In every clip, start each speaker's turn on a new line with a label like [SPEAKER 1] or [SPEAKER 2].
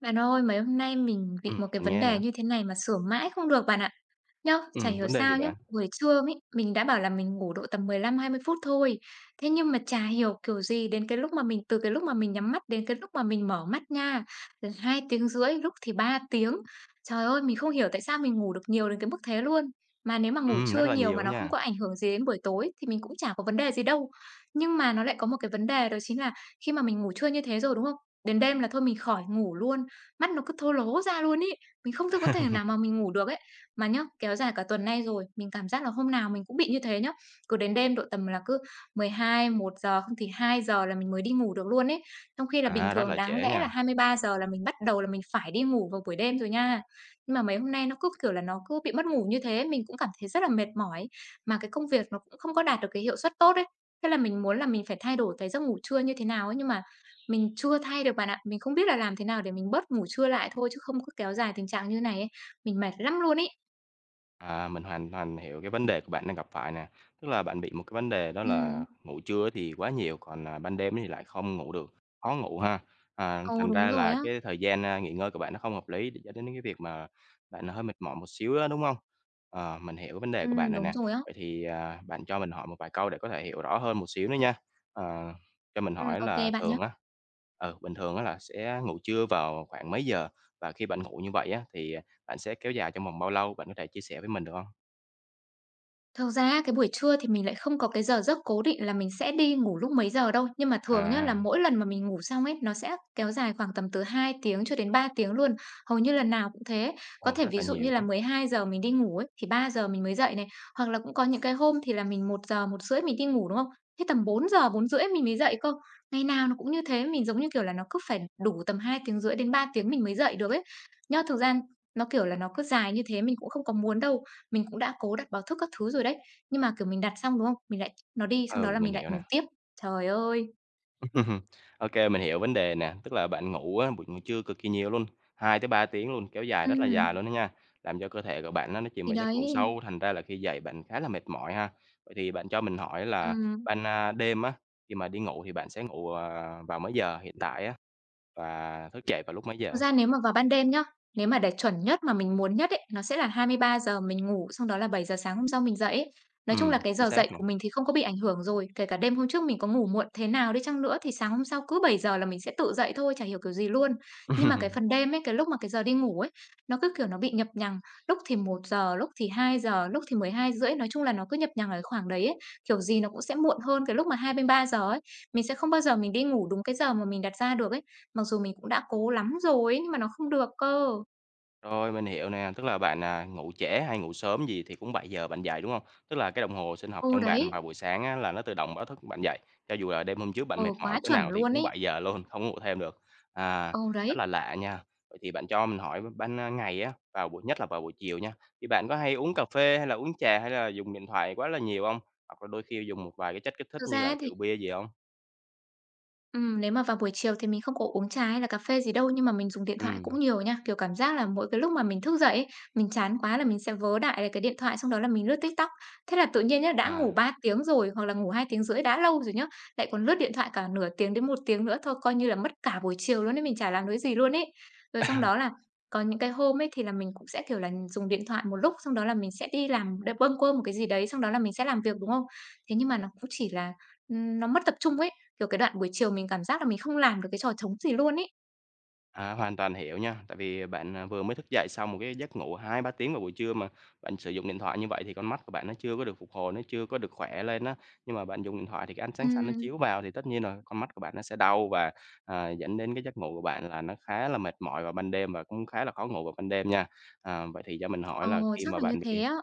[SPEAKER 1] Bạn ơi, mấy hôm nay mình bị
[SPEAKER 2] Ừm,
[SPEAKER 1] một cái
[SPEAKER 2] mình
[SPEAKER 1] vấn
[SPEAKER 2] nghe
[SPEAKER 1] đề
[SPEAKER 2] nè.
[SPEAKER 1] như thế này mà sửa mãi không được bạn ạ. Nhá, chả
[SPEAKER 2] Ừm,
[SPEAKER 1] hiểu
[SPEAKER 2] vấn đề gì
[SPEAKER 1] sao nhá,
[SPEAKER 2] bạn?
[SPEAKER 1] buổi trưa ấy, mình đã bảo là mình ngủ độ tầm 15-20 phút thôi. Thế nhưng mà chả hiểu kiểu gì đến cái lúc mà mình từ cái lúc mà mình nhắm mắt đến cái lúc mà mình mở mắt nha, là 2,5 tiếng, rưỡi, lúc thì 3 tiếng. Trời ơi, mình không hiểu tại sao mình ngủ được nhiều đến cái mức thế luôn. Mà nếu mà ngủ
[SPEAKER 2] Ừm,
[SPEAKER 1] trưa
[SPEAKER 2] rất là
[SPEAKER 1] nhiều mà
[SPEAKER 2] nhiều á
[SPEAKER 1] nó không
[SPEAKER 2] nha.
[SPEAKER 1] có ảnh hưởng gì đến buổi tối thì mình cũng chả có vấn đề gì đâu. Nhưng mà nó lại có một cái vấn đề đó chính là khi mà mình ngủ trưa như thế rồi, đúng không? Đến đêm là thôi mình khỏi ngủ luôn, mắt nó cứ thô lố ra luôn ý, mình không thể có thể nào mà mình ngủ được ấy. Mà nhá, kéo dài cả tuần nay rồi, mình cảm giác là hôm nào mình cũng bị như thế nhá. Cứ đến đêm độ tầm là cứ 12:00-1:00, không thì hai giờ là mình mới đi ngủ được luôn ấy. Trong khi là bình
[SPEAKER 2] À, rất
[SPEAKER 1] thường
[SPEAKER 2] là
[SPEAKER 1] đáng
[SPEAKER 2] trễ
[SPEAKER 1] lẽ là
[SPEAKER 2] nha.
[SPEAKER 1] 23 giờ là mình bắt đầu là mình phải đi ngủ vào buổi đêm rồi nha. Nhưng mà mấy hôm nay nó cứ, kiểu là, nó cứ bị mất ngủ như thế, mình cũng cảm thấy rất là mệt mỏi. Mà cái công việc nó cũng không có đạt được cái hiệu suất tốt ấy. Thế là mình muốn là mình phải thay đổi cái giấc ngủ trưa như thế nào ấy, nhưng mà mình chưa thay được bạn ạ. Mình không biết là làm thế nào để mình bớt ngủ trưa lại thôi chứ không cứ kéo dài tình trạng như này ấy, mình mệt lắm luôn ấy.
[SPEAKER 2] À, mình hoàn toàn hiểu cái vấn đề của bạn đang gặp phải nè. Tức là bạn bị một cái vấn đề đó
[SPEAKER 1] Ừm,
[SPEAKER 2] là ngủ trưa thì quá nhiều, còn, ban đêm thì lại không ngủ được, khó ngủ ha. À,
[SPEAKER 1] ừ,
[SPEAKER 2] thành
[SPEAKER 1] đúng
[SPEAKER 2] ra
[SPEAKER 1] rồi
[SPEAKER 2] là
[SPEAKER 1] á.
[SPEAKER 2] cái thời gian nghỉ ngơi của bạn nó không hợp lý để dẫn đến cái việc mà bạn hơi mệt mỏi một xíu á, đúng không? Ờ, mình hiểu cái vấn đề của bạn rồi
[SPEAKER 1] Đúng
[SPEAKER 2] nè.
[SPEAKER 1] rồi á.
[SPEAKER 2] Vậy thì, bạn cho mình hỏi một vài câu để có thể hiểu rõ hơn một xíu nữa nha. Ờ, cho mình hỏi
[SPEAKER 1] Ô kê
[SPEAKER 2] là
[SPEAKER 1] bạn nhá.
[SPEAKER 2] thường á bình thường á là sẽ ngủ trưa vào khoảng mấy giờ? Và khi bạn ngủ như vậy á thì bạn sẽ kéo dài trong vòng bao lâu? Bạn có thể chia sẻ với mình được hông?
[SPEAKER 1] Thực ra cái buổi trưa thì mình lại không có cái giờ giấc cố định là mình sẽ đi ngủ lúc mấy giờ đâu, nhưng mà thường nhá, là
[SPEAKER 2] À,
[SPEAKER 1] mỗi lần mà mình ngủ xong ấy, nó sẽ kéo dài khoảng tầm từ 2 tiếng cho đến 3 tiếng luôn, hầu như lần nào cũng thế. Có
[SPEAKER 2] ồ,
[SPEAKER 1] thể
[SPEAKER 2] rất
[SPEAKER 1] ví
[SPEAKER 2] là
[SPEAKER 1] dụ như
[SPEAKER 2] nhiều
[SPEAKER 1] là
[SPEAKER 2] đó.
[SPEAKER 1] 12 giờ mình đi ngủ ấy, thì ba giờ mình mới dậy này, hoặc là cũng có những cái hôm thì là mình một giờ một rưỡi mình đi ngủ, đúng không? Thế tầm bốn giờ bốn rưỡi mình mới dậy cơ. Ngày nào nó cũng như thế, mình giống như kiểu là nó cứ phải đủ tầm hai tiếng rưỡi đến 3 tiếng mình mới dậy được ấy. Nhá, thực ra nó, kiểu là, nó cứ dài như thế mình cũng không có muốn đâu, mình cũng đã cố đặt báo thức các thứ rồi đấy, nhưng mà, kiểu, mình đặt xong, đúng không? Mình lại nó đi, xong đó
[SPEAKER 2] Ừ,
[SPEAKER 1] là
[SPEAKER 2] mình
[SPEAKER 1] mình lại
[SPEAKER 2] hiểu nè.
[SPEAKER 1] ngủ tiếp. Trời ơi!
[SPEAKER 2] Ô kê, mình hiểu vấn đề nè, tức là bạn ngủ á, buổi ngủ trưa cực kỳ nhiều luôn, 2 tới 3 tiếng luôn, kéo dài rất là
[SPEAKER 1] Ừm,
[SPEAKER 2] dài luôn đó nha, làm cho cơ thể của bạn á nó chìm
[SPEAKER 1] thì
[SPEAKER 2] vào giấc ngủ
[SPEAKER 1] đấy.
[SPEAKER 2] sâu, thành ra là khi dậy bạn khá là mệt mỏi ha. Vậy thì bạn cho mình hỏi là
[SPEAKER 1] Ừm.
[SPEAKER 2] ban đêm á, khi mà đi ngủ thì bạn sẽ ngủ, vào mấy giờ hiện tại á, và thức dậy vào lúc mấy
[SPEAKER 1] Thực
[SPEAKER 2] giờ?
[SPEAKER 1] ra nếu mà vào ban đêm nhá, nếu mà để chuẩn nhất mà mình muốn nhất ấy, nó sẽ là hai mươi ba giờ mình ngủ, xong đó là 7 giờ sáng hôm sau mình dậy ấy. Nói chung là
[SPEAKER 2] Ừm,
[SPEAKER 1] cái
[SPEAKER 2] chính
[SPEAKER 1] giờ dậy
[SPEAKER 2] xác nè.
[SPEAKER 1] của mình thì không có bị ảnh hưởng rồi, kể cả đêm hôm trước mình có ngủ muộn thế nào đi chăng nữa thì sáng hôm sau cứ 7 giờ là mình sẽ tự dậy thôi, chả hiểu kiểu gì luôn. Nhưng mà cái phần đêm ấy, cái lúc mà cái giờ đi ngủ ấy, nó cứ, kiểu, nó bị nhập nhằng, lúc thì một giờ, lúc thì hai giờ, lúc thì 12 rưỡi, nói chung là nó cứ nhập nhằng ở cái khoảng đấy ấy, kiểu gì nó cũng sẽ muộn hơn cái lúc mà 23 giờ ấy. Mình sẽ không bao giờ mình đi ngủ đúng cái giờ mà mình đặt ra được ấy. Mặc dù mình cũng đã cố lắm rồi ấy, nhưng mà nó không được cơ.
[SPEAKER 2] Rồi, mình hiểu nè, tức là bạn, ngủ trễ hay ngủ sớm gì thì cũng 7 giờ bạn dậy, đúng không? Tức là cái đồng hồ sinh học
[SPEAKER 1] Ừ,
[SPEAKER 2] trong bạn
[SPEAKER 1] đấy,
[SPEAKER 2] vào buổi sáng á là nó tự động báo thức bạn dậy, cho dù là đêm hôm trước bạn mệt
[SPEAKER 1] ừ,
[SPEAKER 2] mỏi
[SPEAKER 1] quá
[SPEAKER 2] cỡ
[SPEAKER 1] chuẩn
[SPEAKER 2] nào thì
[SPEAKER 1] luôn
[SPEAKER 2] cũng
[SPEAKER 1] ấy.
[SPEAKER 2] 7 giờ luôn, không ngủ thêm được. À,
[SPEAKER 1] Ừ,
[SPEAKER 2] rất
[SPEAKER 1] đấy,
[SPEAKER 2] là lạ nha. Vậy thì bạn cho mình hỏi ban ngày á, vào buổi nhất là vào buổi chiều nha, thì bạn có hay uống cà phê hay là uống trà hay là dùng điện thoại quá là nhiều không? Hoặc là đôi khi dùng một vài cái chất kích thích
[SPEAKER 1] thực
[SPEAKER 2] như
[SPEAKER 1] ra
[SPEAKER 2] là
[SPEAKER 1] ấy thì
[SPEAKER 2] rượu bia gì không?
[SPEAKER 1] ừm, nếu mà vào buổi chiều thì mình không có uống trà hay là cà phê gì đâu, nhưng mà mình dùng điện thoại cũng
[SPEAKER 2] Ừm,
[SPEAKER 1] nhiều nha. Kiểu, cảm giác là mỗi cái lúc mà mình thức dậy ấy, mình chán quá là mình sẽ vớ đại lại cái điện thoại, xong đó là mình lướt TikTok. Thế là tự nhiên nhá, đã ngủ
[SPEAKER 2] à.
[SPEAKER 1] 3 tiếng rồi hoặc là ngủ 2 tiếng rưỡi đã lâu rồi nhá, lại còn lướt điện thoại cả nửa tiếng đến một tiếng nữa thôi, coi như là mất cả buổi chiều luôn ấy, mình chả làm được gì luôn ấy. Rồi xong đó là có những cái hôm ấy thì là mình cũng sẽ, kiểu là, dùng điện thoại một lúc, xong đó là mình sẽ đi làm đ bâng quơ một cái gì đấy, xong đó là mình sẽ làm việc, đúng không? Thế nhưng mà nó cũng chỉ là, nó mất tập trung ấy, kiểu, cái đoạn buổi chiều mình cảm giác là mình không làm được cái trò trống gì luôn ấy.
[SPEAKER 2] À, hoàn toàn hiểu nha, tại vì bạn, vừa mới thức dậy sau một cái giấc ngủ hai ba tiếng vào buổi trưa mà bạn sử dụng điện thoại như vậy thì con mắt của bạn nó chưa có được phục hồi, nó chưa có được khỏe lên á. Nhưng mà bạn dùng điện thoại thì cái ánh sáng xanh nó
[SPEAKER 1] Ừm.
[SPEAKER 2] chiếu vào thì tất nhiên rồi con mắt của bạn nó sẽ đau và, dẫn đến cái giấc ngủ của bạn là nó khá là mệt mỏi vào ban đêm và cũng khá là khó ngủ vào ban đêm nha. À, vậy thì cho mình
[SPEAKER 1] Ờ,
[SPEAKER 2] hỏi là khi
[SPEAKER 1] chắc
[SPEAKER 2] mà
[SPEAKER 1] là như
[SPEAKER 2] bạn bị.
[SPEAKER 1] thế á.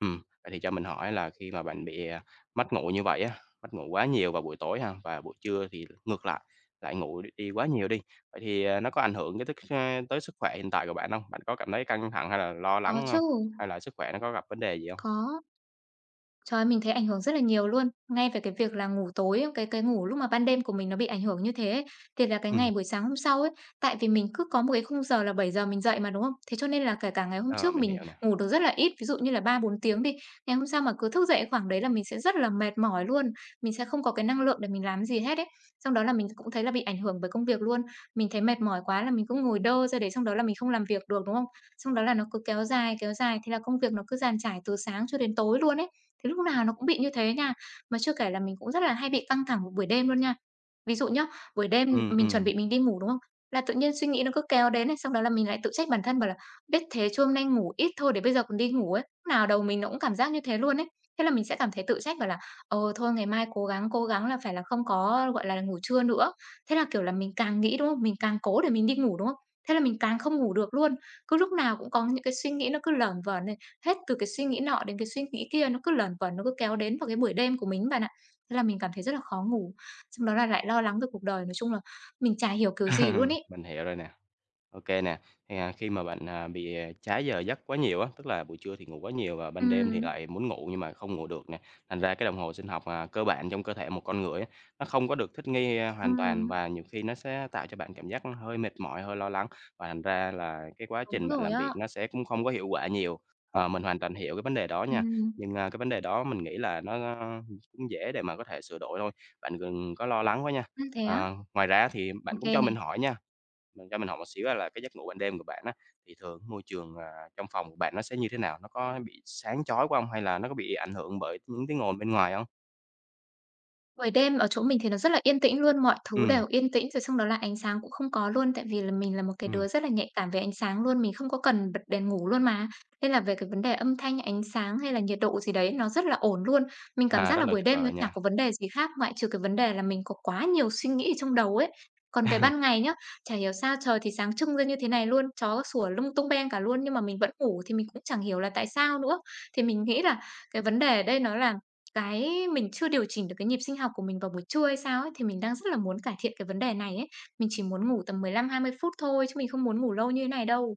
[SPEAKER 2] Vậy thì cho mình hỏi là khi mà bạn bị, mất ngủ như vậy á, mất ngủ quá nhiều vào buổi tối ha, và buổi trưa thì ngược lại, lại ngủ đi quá nhiều đi, vậy thì, nó có ảnh hưởng cái tới tới sức khỏe hiện tại của bạn không? Bạn có cảm thấy căng thẳng hay là lo lắng
[SPEAKER 1] Có chứ,
[SPEAKER 2] không? Hay là sức khỏe nó có gặp vấn đề gì không?
[SPEAKER 1] có. Trời ơi, mình thấy ảnh hưởng rất là nhiều luôn. Ngay về cái việc là ngủ tối, cái ngủ lúc mà ban đêm của mình nó bị ảnh hưởng như thế ấy, thì là cái ngày
[SPEAKER 2] Ừm,
[SPEAKER 1] buổi sáng hôm sau ấy, tại vì mình cứ có một cái khung giờ là 7 giờ mình dậy mà, đúng không? Thế cho nên là kể cả ngày hôm
[SPEAKER 2] ờ,
[SPEAKER 1] trước
[SPEAKER 2] mình
[SPEAKER 1] mình
[SPEAKER 2] hiểu nè.
[SPEAKER 1] ngủ được rất là ít, ví dụ như là ba bốn tiếng đi, ngày hôm sau mà cứ thức dậy khoảng đấy là mình sẽ rất là mệt mỏi luôn, mình sẽ không có cái năng lượng để mình làm gì hết ấy. Xong đó là mình cũng thấy là bị ảnh hưởng bởi công việc luôn. Mình thấy mệt mỏi quá là mình cứ ngồi đơ ra đấy, xong đó là mình không làm việc được, đúng không? Xong đó là nó cứ kéo dài, thế là công việc nó cứ dàn trải từ sáng cho đến tối luôn ấy. Thế lúc nào nó cũng bị như thế nha. Mà chưa kể là mình cũng rất là hay bị căng thẳng vào buổi đêm luôn nha. Ví dụ nhá, buổi đêm
[SPEAKER 2] Ừm,
[SPEAKER 1] mình chuẩn
[SPEAKER 2] ừm,
[SPEAKER 1] bị mình đi ngủ, đúng không? Là tự nhiên suy nghĩ nó cứ kéo đến này, xong đó là mình lại tự trách bản thân bảo là "Biết thế chứ hôm nay ngủ ít thôi để bây giờ còn đi ngủ" ấy. Lúc nào đầu mình nó cũng cảm giác như thế luôn ấy. Thế là mình sẽ cảm thấy tự trách bảo là "Ờ, thôi ngày mai cố gắng là phải là không có, gọi là, ngủ trưa nữa." Thế là, kiểu là, mình càng nghĩ, đúng không? Mình càng cố để mình đi ngủ, đúng không? Thế là mình càng không ngủ được luôn. Cứ lúc nào cũng có những cái suy nghĩ nó cứ lởn vởn. Hết từ cái suy nghĩ nọ đến cái suy nghĩ kia, nó cứ luẩn quẩn, nó cứ kéo đến vào cái buổi đêm của mình ấy bạn ạ. Thế là mình cảm thấy rất là khó ngủ, xong đó là lại lo lắng về cuộc đời, nói chung là mình chả hiểu kiểu gì luôn ấy.
[SPEAKER 2] mình hiểu rồi nè. OK nè, thì, khi mà bạn, bị, trái giờ giấc quá nhiều á, tức là buổi trưa thì ngủ quá nhiều và ban đêm thì
[SPEAKER 1] Ừm,
[SPEAKER 2] lại muốn ngủ nhưng mà không ngủ được nè, thành ra cái đồng hồ sinh học, cơ bản trong cơ thể một con người á, nó không có được thích nghi hoàn
[SPEAKER 1] ừm,
[SPEAKER 2] toàn và nhiều khi nó sẽ tạo cho bạn cảm giác hơi mệt mỏi, hơi lo lắng và thành ra là cái quá
[SPEAKER 1] đúng
[SPEAKER 2] trình bạn
[SPEAKER 1] rồi
[SPEAKER 2] làm
[SPEAKER 1] á.
[SPEAKER 2] việc nó sẽ cũng không có hiệu quả nhiều. Ờ, mình hoàn toàn hiểu cái vấn đề đó nha,
[SPEAKER 1] Ừm,
[SPEAKER 2] nhưng cái vấn đề đó mình nghĩ là cũng dễ để mà có thể sửa đổi thôi, bạn đừng có lo lắng quá nha.
[SPEAKER 1] ưm, thế á?
[SPEAKER 2] Ờ, ngoài ra thì
[SPEAKER 1] Ô
[SPEAKER 2] bạn cũng
[SPEAKER 1] kê
[SPEAKER 2] cho
[SPEAKER 1] này.
[SPEAKER 2] mình hỏi nha, mình cho mình hỏi một xíu á là cái giấc ngủ ban đêm của bạn á, thì thường môi trường, trong phòng của bạn nó sẽ như thế nào? Nó có bị sáng chói quá hông? Hay là nó có bị ảnh hưởng bởi những tiếng ồn bên ngoài không?
[SPEAKER 1] Buổi đêm ở chỗ mình thì nó rất là yên tĩnh luôn, mọi thứ
[SPEAKER 2] Ừ,
[SPEAKER 1] đều yên tĩnh rồi xong đó là ánh sáng cũng không có luôn, tại vì là mình là một cái
[SPEAKER 2] ừ,
[SPEAKER 1] đứa rất là nhạy cảm về ánh sáng luôn, mình không có cần bật đèn ngủ luôn mà. Nên là về cái vấn đề âm thanh, ánh sáng hay là nhiệt độ gì đấy nó rất là ổn luôn. Mình cảm
[SPEAKER 2] à,
[SPEAKER 1] giác
[SPEAKER 2] rất
[SPEAKER 1] là
[SPEAKER 2] là
[SPEAKER 1] buổi
[SPEAKER 2] tuyệt
[SPEAKER 1] đêm nó
[SPEAKER 2] vời
[SPEAKER 1] chả
[SPEAKER 2] nha.
[SPEAKER 1] có vấn đề gì khác ngoại trừ cái vấn đề là mình có quá nhiều suy nghĩ ở trong đầu ấy. Còn về ban ngày nhá, chả hiểu sao trời thì sáng trưng ra như thế này luôn, chó sủa lung tung beng cả luôn nhưng mà mình vẫn ngủ thì mình cũng chẳng hiểu là tại sao nữa. Thì mình nghĩ là cái vấn đề ở đây nó là cái mình chưa điều chỉnh được cái nhịp sinh học của mình vào buổi trưa hay sao ấy, thì mình đang rất là muốn cải thiện cái vấn đề này ấy. Mình chỉ muốn ngủ tầm 15-20 phút thôi chứ mình không muốn ngủ lâu như thế này đâu.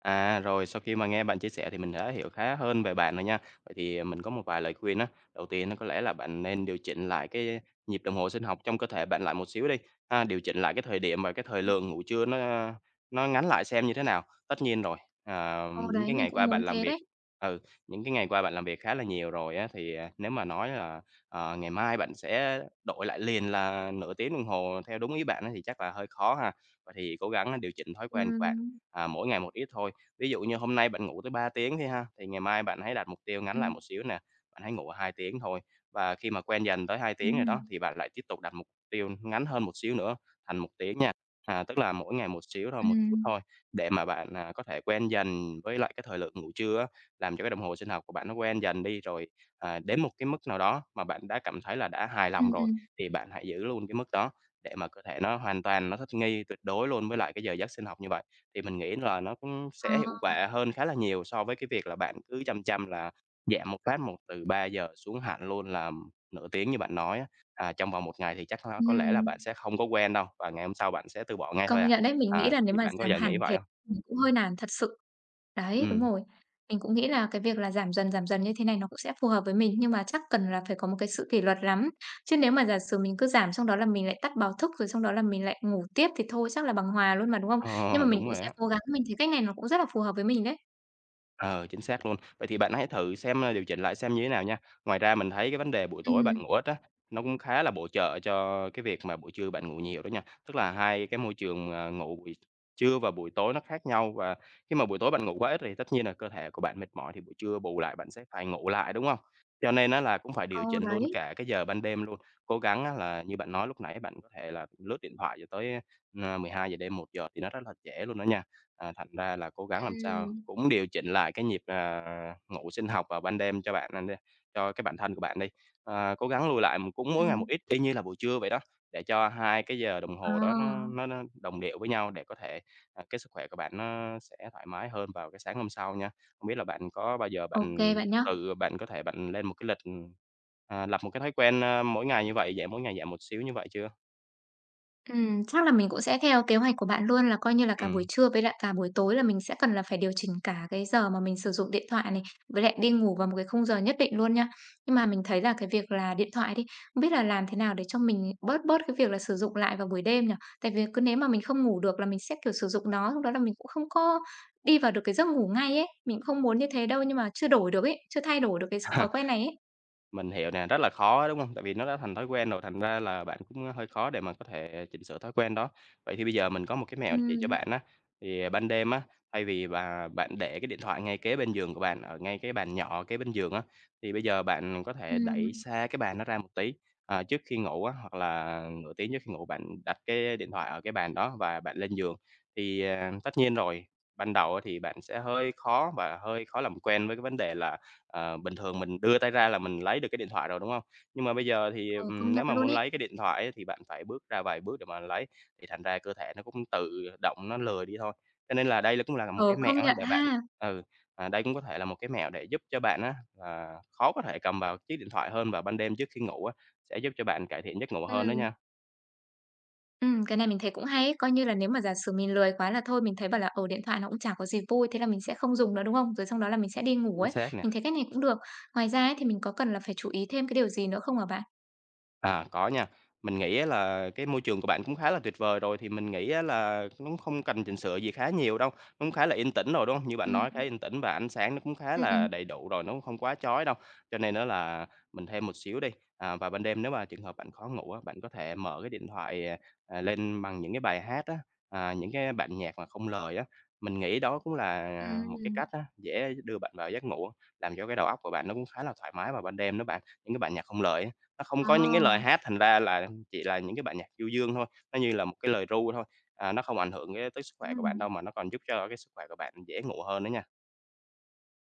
[SPEAKER 2] À, rồi sau khi mà nghe bạn chia sẻ thì mình đã hiểu khá hơn về bạn rồi nha. Vậy thì mình có một vài lời khuyên á. Đầu tiên nó có lẽ là bạn nên điều chỉnh lại cái nhịp đồng hồ sinh học trong cơ thể bạn lại một xíu đi. Ha, điều chỉnh lại cái thời điểm và cái thời lượng ngủ trưa nó ngắn lại xem như thế nào. Tất nhiên rồi,
[SPEAKER 1] Ờ,
[SPEAKER 2] những
[SPEAKER 1] đấy,
[SPEAKER 2] cái
[SPEAKER 1] mình
[SPEAKER 2] ngày
[SPEAKER 1] cũng
[SPEAKER 2] qua
[SPEAKER 1] muốn
[SPEAKER 2] bạn làm
[SPEAKER 1] thế
[SPEAKER 2] việc
[SPEAKER 1] đấy.
[SPEAKER 2] ừ, những cái ngày qua bạn làm việc khá là nhiều rồi á thì nếu mà nói là ngày mai bạn sẽ đổi lại liền là nửa tiếng đồng hồ theo đúng ý bạn á, thì chắc là hơi khó ha. Vậy thì cố gắng điều chỉnh thói quen của bạn.
[SPEAKER 1] Ừm,
[SPEAKER 2] À, mỗi ngày một ít thôi. Ví dụ như hôm nay bạn ngủ tới 3 tiếng thì ha, thì ngày mai bạn hãy đặt mục tiêu ngắn
[SPEAKER 1] ừm,
[SPEAKER 2] lại một xíu nè, bạn hãy ngủ 2 tiếng thôi. Và khi mà quen dần tới 2 tiếng rồi đó,
[SPEAKER 1] ừm,
[SPEAKER 2] thì bạn lại tiếp tục đặt mục tiêu ngắn hơn một xíu nữa, thành 1 tiếng nha. À, tức là mỗi ngày một xíu thôi, một chút
[SPEAKER 1] ừm,
[SPEAKER 2] thôi, để mà bạn, có thể quen dần với lại cái thời lượng ngủ trưa á, làm cho cái đồng hồ sinh học của bạn nó quen dần đi. Rồi, đến một cái mức nào đó mà bạn đã cảm thấy là đã hài lòng
[SPEAKER 1] ừm,
[SPEAKER 2] rồi,
[SPEAKER 1] ừm.
[SPEAKER 2] thì bạn hãy giữ luôn cái mức đó để mà cơ thể nó hoàn toàn nó thích nghi tuyệt đối luôn với lại cái giờ giấc sinh học như vậy. Thì mình nghĩ là nó cũng
[SPEAKER 1] Ờ,
[SPEAKER 2] sẽ hiệu quả hơn khá là nhiều so với cái việc là bạn cứ chăm chăm là giảm một phát một từ 3 giờ xuống hẳn luôn là nửa tiếng như bạn nói á, trong vòng một ngày thì chắc nó có lẽ là
[SPEAKER 1] ừm.
[SPEAKER 2] bạn sẽ không có quen đâu, và ngày hôm sau bạn sẽ từ bỏ ngay
[SPEAKER 1] Công
[SPEAKER 2] thôi à.
[SPEAKER 1] nhận đấy, mình nghĩ
[SPEAKER 2] À,
[SPEAKER 1] là nếu
[SPEAKER 2] thì
[SPEAKER 1] mà
[SPEAKER 2] bạn có bao
[SPEAKER 1] giảm
[SPEAKER 2] giờ nghĩ
[SPEAKER 1] hẳn
[SPEAKER 2] vậy
[SPEAKER 1] thế
[SPEAKER 2] không?
[SPEAKER 1] mình cũng hơi nản thật sự. Đấy, đúng
[SPEAKER 2] Ừ,
[SPEAKER 1] rồi. Mình cũng nghĩ là cái việc là giảm dần như thế này nó cũng sẽ phù hợp với mình, nhưng mà chắc cần là phải có một cái sự kỷ luật lắm. Chứ nếu mà giả sử mình cứ giảm xong đó là mình lại tắt báo thức, rồi xong đó là mình lại ngủ tiếp thì thôi chắc là bằng hòa luôn mà, đúng không? Nhưng
[SPEAKER 2] ờ,
[SPEAKER 1] mà mình
[SPEAKER 2] đúng
[SPEAKER 1] cũng
[SPEAKER 2] rồi
[SPEAKER 1] sẽ
[SPEAKER 2] á.
[SPEAKER 1] cố gắng, mình thấy cách này nó cũng rất là phù hợp với mình đấy.
[SPEAKER 2] Ờ, chính xác luôn. Vậy thì bạn hãy thử xem điều chỉnh lại xem như thế nào nha. Ngoài ra mình thấy cái vấn đề buổi tối
[SPEAKER 1] Ừ.
[SPEAKER 2] bạn ngủ ít á, nó cũng khá là bổ trợ cho cái việc mà buổi trưa bạn ngủ nhiều đó nha. Tức là hai cái môi trường, ngủ buổi trưa và buổi tối nó khác nhau và khi mà buổi tối bạn ngủ quá ít thì tất nhiên là cơ thể của bạn mệt mỏi thì buổi trưa bù lại bạn sẽ phải ngủ lại, đúng không? Cho nên á là cũng phải điều
[SPEAKER 1] Ồ
[SPEAKER 2] chỉnh luôn
[SPEAKER 1] đấy,
[SPEAKER 2] cả cái giờ ban đêm luôn. Cố gắng á là như bạn nói lúc nãy bạn có thể là lướt điện thoại cho tới, ơ, giờ đêm, 1 giờ thì nó rất là trễ luôn đó nha. À, thành ra là cố gắng làm sao
[SPEAKER 1] ừm,
[SPEAKER 2] cũng điều chỉnh lại cái nhịp, ngủ sinh học vào ban đêm cho bạn anh đi, cho cái bản thân của bạn đi. Ờ, cố gắng lùi lại cũng mỗi ngày một
[SPEAKER 1] ừm.
[SPEAKER 2] ít, y như là buổi trưa vậy đó, để cho 2 cái giờ đồng
[SPEAKER 1] Ờ,
[SPEAKER 2] hồ đó nó đồng điệu với nhau để có thể, cái sức khỏe của bạn nó sẽ thoải mái hơn vào cái sáng hôm sau nha. Không biết là bạn có bao giờ
[SPEAKER 1] ô
[SPEAKER 2] bạn
[SPEAKER 1] bạn nhá.
[SPEAKER 2] tự bạn có thể bạn lên một cái lịch, ừ, lập một cái thói quen, mỗi ngày như vậy, giảm mỗi ngày giảm một xíu như vậy chưa?
[SPEAKER 1] Chắc là mình cũng sẽ theo kế hoạch của bạn luôn là coi như là cả buổi
[SPEAKER 2] Ừm.
[SPEAKER 1] trưa với lại cả buổi tối là mình sẽ cần là phải điều chỉnh cả cái giờ mà mình sử dụng điện thoại này, với lại đi ngủ vào một cái khung giờ nhất định luôn nha. Nhưng mà mình thấy là cái việc là điện thoại đi, không biết là làm thế nào để cho mình bớt bớt cái việc là sử dụng lại vào buổi đêm nhỉ? Tại vì cứ nếu mà mình không ngủ được là mình sẽ kiểu sử dụng nó, lúc đó là mình cũng không có đi vào được cái giấc ngủ ngay ấy. Mình cũng không muốn như thế đâu nhưng mà chưa đổi được ấy, chưa thay đổi được cái thói quen này ấy.
[SPEAKER 2] Mình hiểu nè, rất là khó, đúng không? Tại vì nó đã thành thói quen rồi, thành ra là bạn cũng hơi khó để mà có thể chỉnh sửa thói quen đó. Vậy thì bây giờ mình có một cái mẹo chỉ cho
[SPEAKER 1] Ừm,
[SPEAKER 2] bạn á, thì ban đêm á, thay vì bạn để cái điện thoại ngay kế bên giường của bạn, ở ngay cái bàn nhỏ kế bên giường á, thì bây giờ bạn có thể đẩy
[SPEAKER 1] ừm,
[SPEAKER 2] xa cái bàn nó ra một tí, à, trước khi ngủ á, hoặc là nửa tiếng trước khi ngủ bạn đặt cái điện thoại ở cái bàn đó và bạn lên giường. Thì, tất nhiên rồi, ban đầu á thì bạn sẽ hơi khó và hơi khó làm quen với cái vấn đề là: Ờ, bình thường mình đưa tay ra là mình lấy được cái điện thoại rồi, đúng không? Nhưng mà bây giờ thì,
[SPEAKER 1] ờ, công nhận
[SPEAKER 2] nếu mà
[SPEAKER 1] luôn
[SPEAKER 2] muốn
[SPEAKER 1] ấy.
[SPEAKER 2] lấy cái điện thoại á thì bạn phải bước ra vài bước để mà lấy, thì thành ra cơ thể nó cũng tự động nó lười đi thôi. Cho nên là đây là cũng là một
[SPEAKER 1] Ờ,
[SPEAKER 2] cái
[SPEAKER 1] công
[SPEAKER 2] mẹo
[SPEAKER 1] nhận
[SPEAKER 2] để bạn
[SPEAKER 1] ha.
[SPEAKER 2] ừ, đây cũng có thể là một cái mẹo để giúp cho bạn á là khó có thể cầm vào chiếc điện thoại hơn vào ban đêm trước khi ngủ á, sẽ giúp cho bạn cải thiện giấc ngủ hơn đó
[SPEAKER 1] Ừm.
[SPEAKER 2] nha.
[SPEAKER 1] Cái này mình thấy cũng hay ấy, coi như là nếu mà giả sử mình lười quá là thôi mình thấy bảo là, ở điện thoại nó cũng chả có gì vui, thế là mình sẽ không dùng nó, đúng không? Rồi xong đó là mình sẽ đi ngủ
[SPEAKER 2] Chính
[SPEAKER 1] ấy,
[SPEAKER 2] xác nè.
[SPEAKER 1] mình thấy cách này cũng được. Ngoài ra ấy thì mình có cần là phải chú ý thêm cái điều gì nữa không hả bạn?
[SPEAKER 2] À, có nha. Mình nghĩ á là cái môi trường của bạn cũng khá là tuyệt vời rồi, thì mình nghĩ á là nó cũng không cần chỉnh sửa gì khá nhiều đâu, nó cũng khá là yên tĩnh rồi, đúng không? Như bạn
[SPEAKER 1] Ừm,
[SPEAKER 2] nói khá
[SPEAKER 1] ừm,
[SPEAKER 2] yên tĩnh và ánh sáng nó cũng khá
[SPEAKER 1] ừm, ừm.
[SPEAKER 2] là đầy đủ rồi, nó cũng không quá chói đâu. Cho nên á là mình thêm một xíu đi, à, và ban đêm nếu mà trường hợp bạn khó ngủ á, bạn có thể mở cái điện thoại, lên bằng những cái bài hát á, à, những cái bản nhạc mà không lời á. Mình nghĩ đó cũng là một cái
[SPEAKER 1] Ừm.
[SPEAKER 2] cách á, dễ đưa bạn vào giấc ngủ, làm cho cái đầu óc của bạn nó cũng khá là thoải mái vào ban đêm đó bạn, những cái bản nhạc không lời ấy. Nó không
[SPEAKER 1] Ờ.
[SPEAKER 2] có những cái lời hát, thành ra là chỉ là những cái bản nhạc du dương thôi, nó như là một cái lời ru thôi, à, nó không ảnh hưởng cái tới sức khỏe của bạn
[SPEAKER 1] Ừm.
[SPEAKER 2] đâu, mà nó còn giúp cho cái sức khỏe của bạn dễ ngủ hơn nữa nha.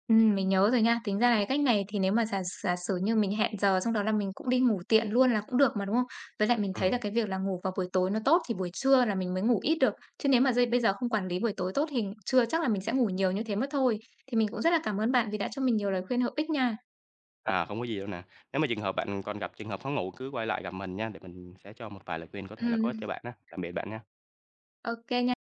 [SPEAKER 1] Mình nhớ rồi nha. Tính ra là cái cách này thì nếu mà giả giả sử như mình hẹn giờ xong đó là mình cũng đi ngủ tiện luôn là cũng được mà, đúng không? Với lại mình thấy
[SPEAKER 2] Ừm,
[SPEAKER 1] là cái việc là ngủ vào buổi tối nó tốt thì buổi trưa là mình mới ngủ ít được, chứ nếu mà dây bây giờ không quản lý buổi tối tốt thì trưa chắc là mình sẽ ngủ nhiều như thế mất thôi. Thì mình cũng rất là cảm ơn bạn vì đã cho mình nhiều lời khuyên hữu ích nha.
[SPEAKER 2] à, không có gì đâu nè. Nếu mà trường hợp bạn còn gặp trường hợp khó ngủ cứ quay lại gặp mình nha, để mình sẽ cho một vài lời khuyên có thể là có ích
[SPEAKER 1] Ừm,
[SPEAKER 2] cho bạn á. Tạm biệt bạn nha.
[SPEAKER 1] ô nha.